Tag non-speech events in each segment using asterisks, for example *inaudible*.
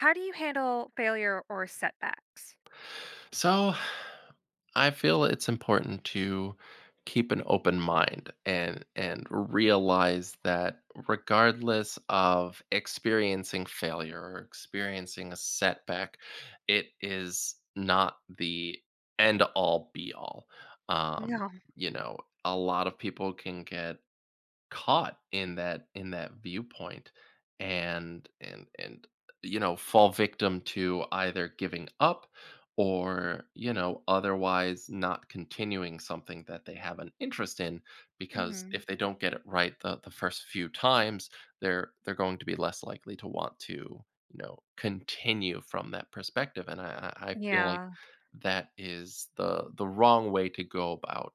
How do you handle failure or setbacks? So I feel it's important to keep an open mind and realize that regardless of experiencing failure or experiencing a setback, it is not the end all be all. Um, No. you know, a lot of people can get caught in that viewpoint and fall victim to either giving up or otherwise not continuing something that they have an interest in, because if hmm they don't get it right the first few times, they're going to be less likely to want to continue from that perspective. And I feel like Yeah, that is the wrong way to go about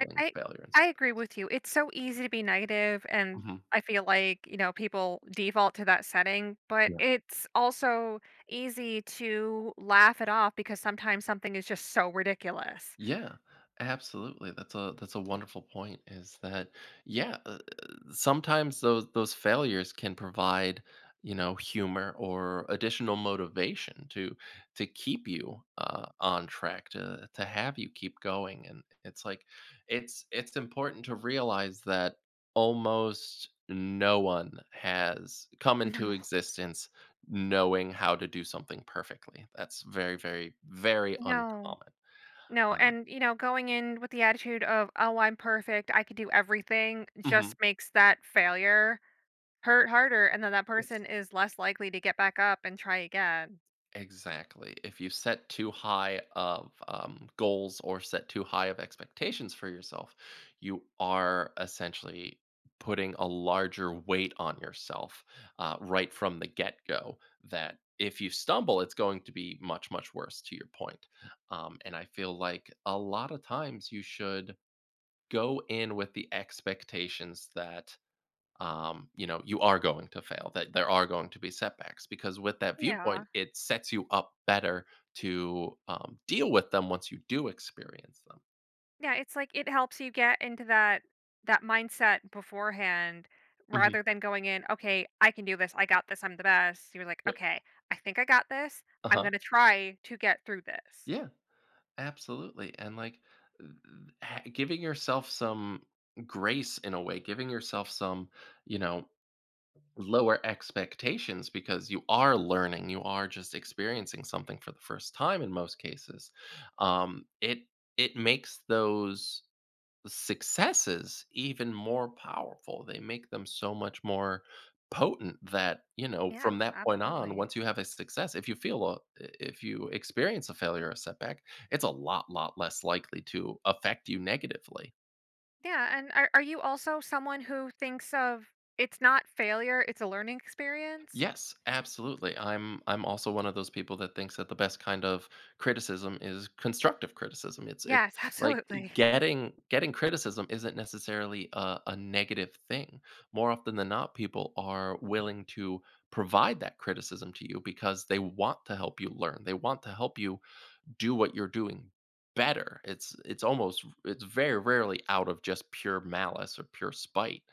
I, I failure and I stuff. agree with you. It's so easy to be negative, and Mhm. I feel like you know people default to that setting. But it's also easy to laugh it off because sometimes something is just so ridiculous. Yeah, absolutely. That's a wonderful point, is that, yeah, sometimes those failures can provide, humor or additional motivation to keep you on track, to have you keep going. And it's like, it's important to realize that almost no one has come into No. existence knowing how to do something perfectly. That's very, very, very No, uncommon. no, Uh and you know going in with the attitude of oh I'm perfect, I can do everything, mhm. just makes that failure hurt harder, and then that person is less likely to get back up and try again. Exactly. If you set too high of goals, or set too high of expectations for yourself, you are essentially putting a larger weight on yourself, right from the get go. That if you stumble, it's going to be much, much worse, to your point. And I feel like a lot of times you should go in with the expectations that, you are going to fail, that there are going to be setbacks, because with that Yeah. viewpoint, it sets you up better to deal with them once you do experience them. Yeah, it's like it helps you get into that mindset beforehand Mhm. rather than going in, "Okay, I can do this. I got this. I'm the best." You're like, Yep. "Okay, I think I got this. Uh I'm huh. gonna try to get through this." Yeah, absolutely. And like, th- giving yourself some grace in a way, giving yourself some, you know, lower expectations, because you are learning, you are just experiencing something for the first time in most cases. Um, it it makes those successes even more powerful. They make them so much more potent that, from Yes, that point on, absolutely. once you have a success, if you experience a failure or setback, it's a lot less likely to affect you negatively. Yeah, and are you also someone who thinks of it's not failure, it's a learning experience? Yes, absolutely. I'm also one of those people that thinks that the best kind of criticism is constructive criticism. It's Yes, *laughs* like, absolutely. getting criticism isn't necessarily a negative thing. More often than not, people are willing to provide that criticism to you because they want to help you learn. They want to help you do what you're doing better. It's very rarely out of just pure malice or pure spite.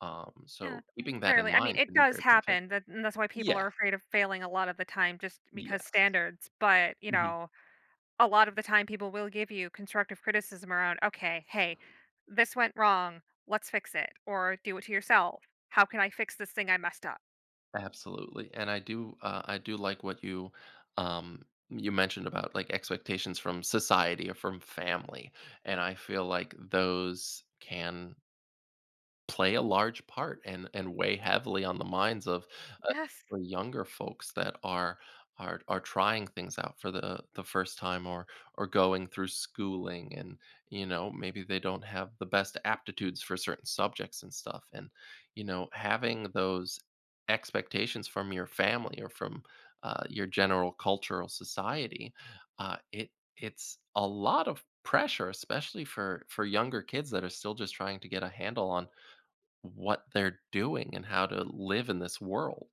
Um, Yeah, so mm, keeping that in rarely. I mean, mind it can be does very happen, beneficial. that and that's why people Yeah. are afraid of failing a lot of the time just because Yes. standards, but, you Mhm. know, a lot of the time people will give you constructive criticism around, "Okay, hey, this went wrong, let's fix it," or "Do it to yourself. How can I fix this thing I messed up?" Absolutely. And I do like what um you mentioned about, like, expectations from society or from family. And I feel like those can play a large part and weigh heavily on the minds of, uh, the *laughs* younger folks that are trying things out for the first time, or going through schooling, and, maybe they don't have the best aptitudes for certain subjects and stuff, and, having those expectations from your family, or from, your general cultural society, uh, it it's a lot of pressure, especially for younger kids that are still just trying to get a handle on what they're doing and how to live in this world.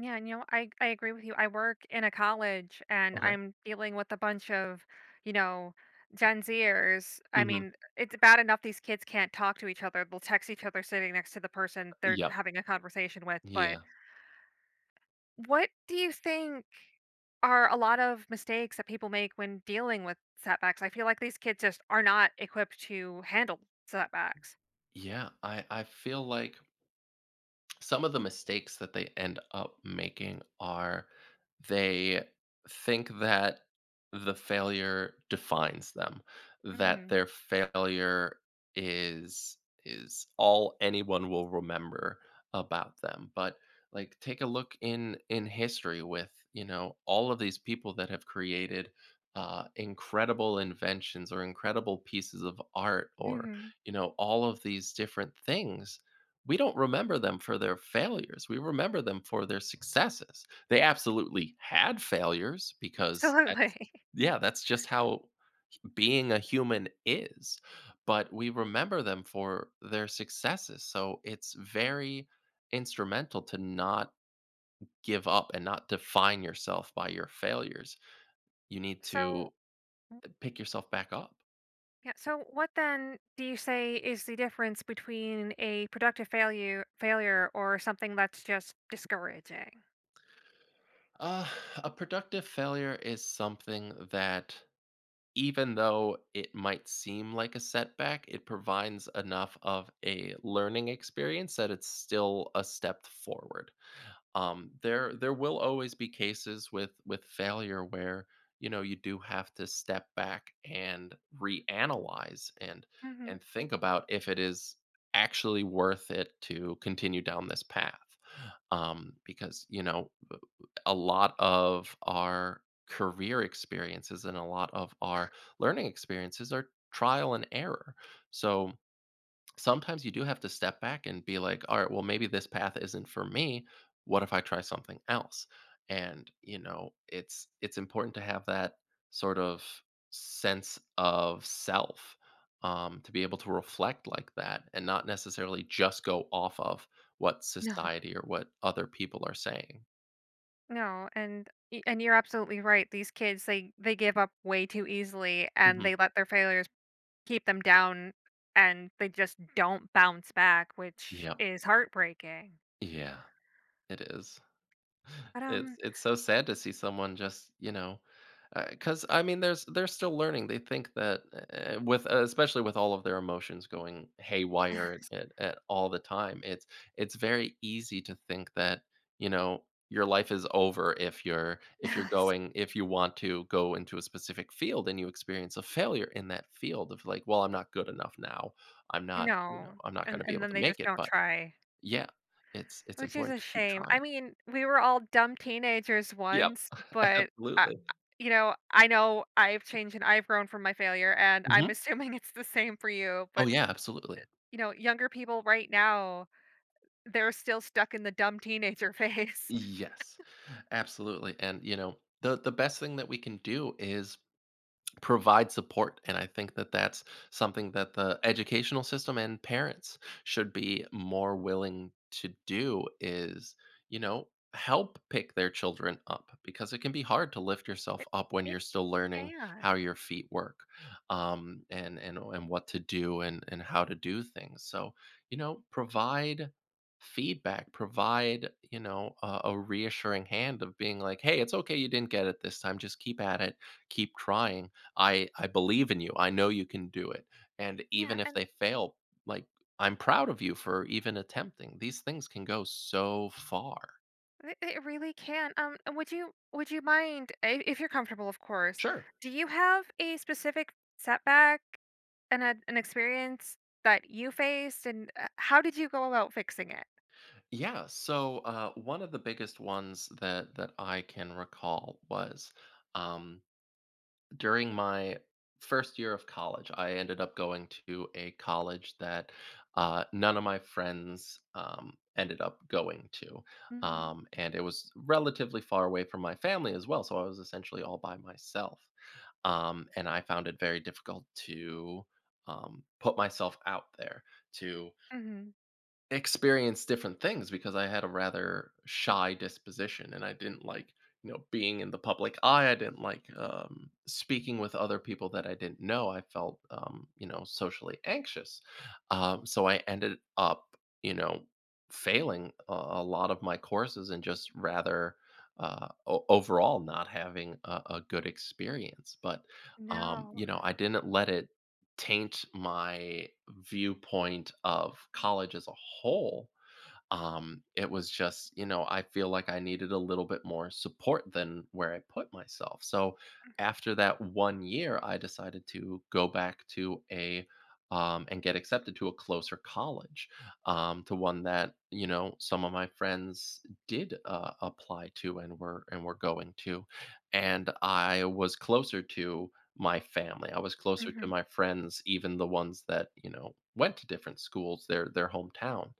Yeah, and, you know, I agree with you. I work in a college and Okay. I'm dealing with a bunch of, you know, Gen Zers. I Mhm. mean, it's bad enough these kids can't talk to each other. They'll text each other sitting next to the person they're Yep. having a conversation with. But Yeah. what do you think are a lot of mistakes that people make when dealing with setbacks? I feel like these kids just are not equipped to handle setbacks. Yeah. I feel like some of the mistakes that they end up making are, they think that the failure defines them, that Mm-hmm. their failure is is all anyone will remember about them. But like, take a look in history, with, all of these people that have created, incredible inventions or incredible pieces of art, or Mm-hmm. All of these different things. We don't remember them for their failures. We remember them for their successes. They absolutely had failures, because that's, Absolutely. *laughs* yeah, that's just how being a human is. But we remember them for their successes. So it's very instrumental to not give up and not define yourself by your failures. You need So to pick yourself back up. yeah. So, what then do you say is the difference between a productive failure, or something that's just discouraging? Uh, a productive failure is something that, even though it might seem like a setback, it provides enough of a learning experience that it's still a step forward. There will always be cases with failure where, you do have to step back and reanalyze, and hmm think about if it is actually worth it to continue down this path, because, a lot of our career experiences and a lot of our learning experiences are trial and error. So, sometimes you do have to step back and be like, all right, well, maybe this path isn't for me. What if I try something else? And, it's important to have that sort of sense of self, to be able to reflect like that and not necessarily just go off of what No. society or what other people are saying. No, and you're absolutely right. These kids, they give up way too easily, and Hmm. they let their failures keep them down, and they just don't bounce back, which Yeah. is heartbreaking. Yeah, it is. But It's it's so sad to see someone just, because, I mean, there's they're still learning. They think that, with especially with all of their emotions going haywire *laughs* at all the time, it's very easy to think that, you know, your life is over, if you're yes. going if you want to go into a specific field and you experience a failure in that field, of like, well, I'm not good enough now. No, I'm not going to be and able then to they make just it, don't but. try. Yeah, it's Which is important a to keep shame. trying. I mean, we were all dumb teenagers Yep, once, *laughs* but I, absolutely. you know, I know I've changed and I've grown from my failure, and I'm *laughs* Mhm. assuming it's the same for you. Oh, But yeah, absolutely. you know, younger people right now, they're still stuck in the dumb teenager phase. Yes, absolutely. And, the best thing that we can do is provide support. And I think that that's something that the educational system and parents should be more willing to do, is, you know help pick their children up, because it can be hard to lift *laughs* yourself It up when you're it still learning how can, your feet work, and what to do, and how to do things. So, provide feedback, provide, a reassuring hand of being like, hey, it's okay, you didn't get it this time, just keep at it, keep trying. I believe in you. I know you can do it. And yeah, even if and they fail, like, I'm proud of you for even attempting. These things can go so far. it really can. And would you mind if you're comfortable, of course? Sure. Do you have a specific setback, an ad an experience that you faced, and, how did you go about fixing it? Yeah. So, one of the biggest ones that I can recall was, um, during my first year of college, I ended up going to a college that, none of my friends, ended up going to. Mhm. And it was relatively far away from my family as well. So I was essentially all by myself. And I found it very difficult to, put myself out there to Mhm. experience different things, because I had a rather shy disposition, and I didn't like, being in the public eye. I didn't like, speaking with other people that I didn't know. I felt, socially anxious. So I ended up, you know, failing a lot of my courses, and just rather, overall not having a good experience. But, No. I didn't let it taint my viewpoint of college as a whole. Um it was just, I feel like I needed a little bit more support than where I put myself. So after that one year I decided to go back to, a and get accepted to a closer college, to one that, some of my friends did, apply to, and were going to, and I was closer to my family, I was closer to Mhm. my friends, even the ones that, went to different schools, their hometown,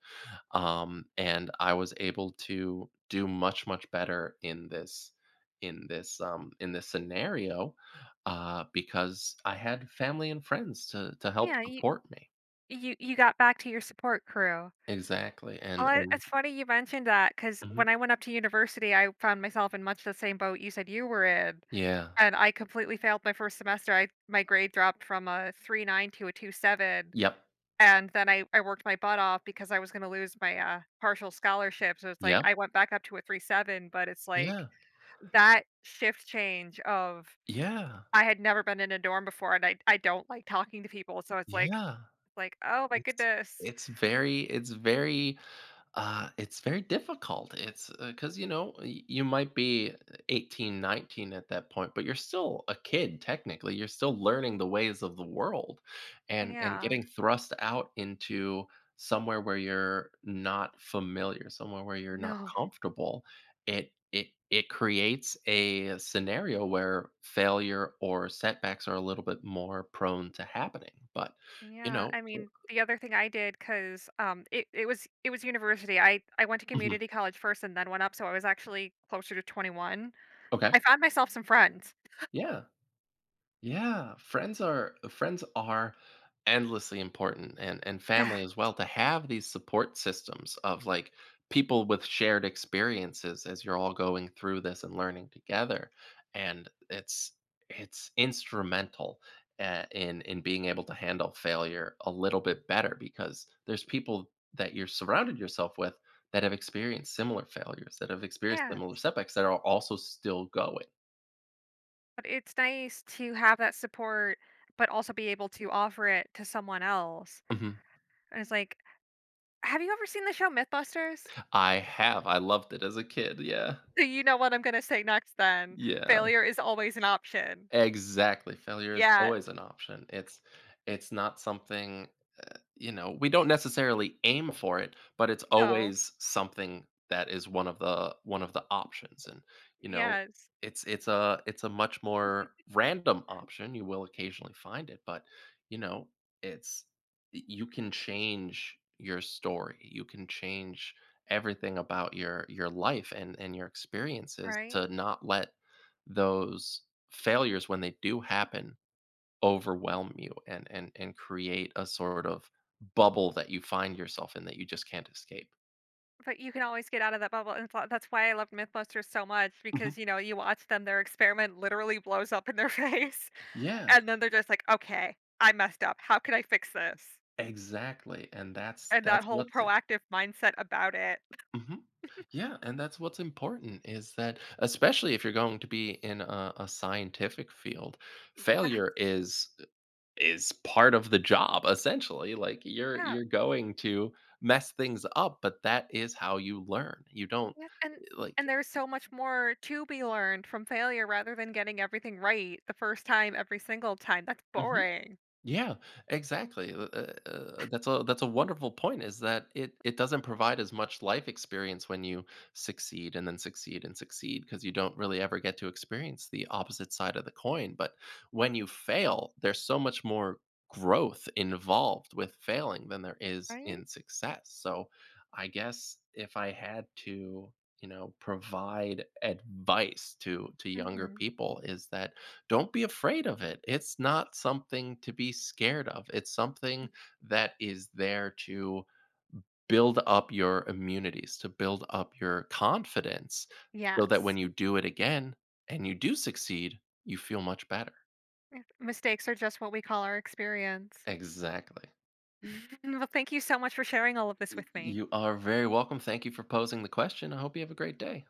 And I was able to do much, much better in this, in this scenario, because I had family and friends to help Yeah, you support me. you you got back to your support crew. Exactly. and Well, it and it's funny you mentioned that because mhm. when I went up to university, I found myself in much the same boat you said you were in, Yeah. and I completely failed my 1st semester. I My grade dropped from a 3.9 to a 2.7, Yep. and then I worked my butt off because I was gonna lose my, partial scholarship, so it's like Yep. I went back up to a 3.7, but it's like Yeah, that shift change of yeah, I had never been in a dorm before and I don't like talking to people, so yeah. it's like, "Oh my It's goodness." it's very it's very it's very difficult. It's 'cause cuz you know, y- you might be 18, 19 at that point, but you're still a kid technically. You're still learning the ways of the world, and Yeah. getting thrust out into somewhere where you're not familiar, somewhere where you're not No. comfortable. It creates a scenario where failure or setbacks are a little bit more prone to happening. But, you Yeah, know, I mean, the other thing I did because it was it was university. I went to mhm, community college first and then went up, so I was actually closer to 21. okay. I found myself some friends. Yeah. Yeah, friends are endlessly important, and Yeah. family as well, to have these support systems of like people with shared experiences as you're all going through this and learning together. And it's instrumental, in being able to handle failure a little bit better, because there's people that you're surrounded yourself with that have experienced similar failures, that have experienced similar Yes. setbacks, that are also still going. But it's nice to have that support, but also be able to offer it to someone else. Mhm. And it's like, have you ever seen the show Mythbusters? I have, I loved it as a kid, yeah. So you know what I'm gonna say next then. Yeah, Failure is always an option. exactly, failure is Yeah, always an option. It's not something, we don't necessarily aim for it, but it's no. always something that is one of the options, and, you know, Yes, it's a much more random option. You will occasionally find it, but, you know, it's y you can change your story, you can change everything about your life and your experiences, right? to not let those failures, when they do happen, overwhelm you, and create a sort of bubble that you find yourself in, that you just can't escape. But you can always get out of that bubble, and that's why I love MythBusters so much Mhm. because, you know, you watch them, their experiment literally blows up in their *laughs* face, Yeah, and then they're just like, "Okay, I messed up. How can I fix this?" exactly, and that's And that's that whole what's it. proactive mindset about it. Mhm. Yeah, and that's what's important, is that, especially if you're going to be in a scientific field, failure *laughs* Yeah, is part of the job, essentially. Like, you're yeah, you're going to mess things up, but that is how you learn. You don't yeah, and like. and there's so much more to be learned from failure rather than getting everything right the first time every single time. That's Mhm. boring, Yeah, exactly. That's a wonderful point. Is that it? It doesn't provide as much life experience when you succeed, and then succeed, and succeed, because you don't really ever get to experience the opposite side of the coin. But when you fail, there's so much more growth involved with failing than there is right? in success. So, I guess if I had to, provide advice to younger hmm people, is that, don't be afraid of it. It's not something to be scared of. It's something that is there to build up your immunities, to build up your confidence, so that when Yes. you do it again and you do succeed, you feel much better. Mistakes are just what we call our experience. Exactly. *laughs* Well, thank you so much for sharing all of this with me. You are very welcome. Thank you for posing the question. I hope you have a great day.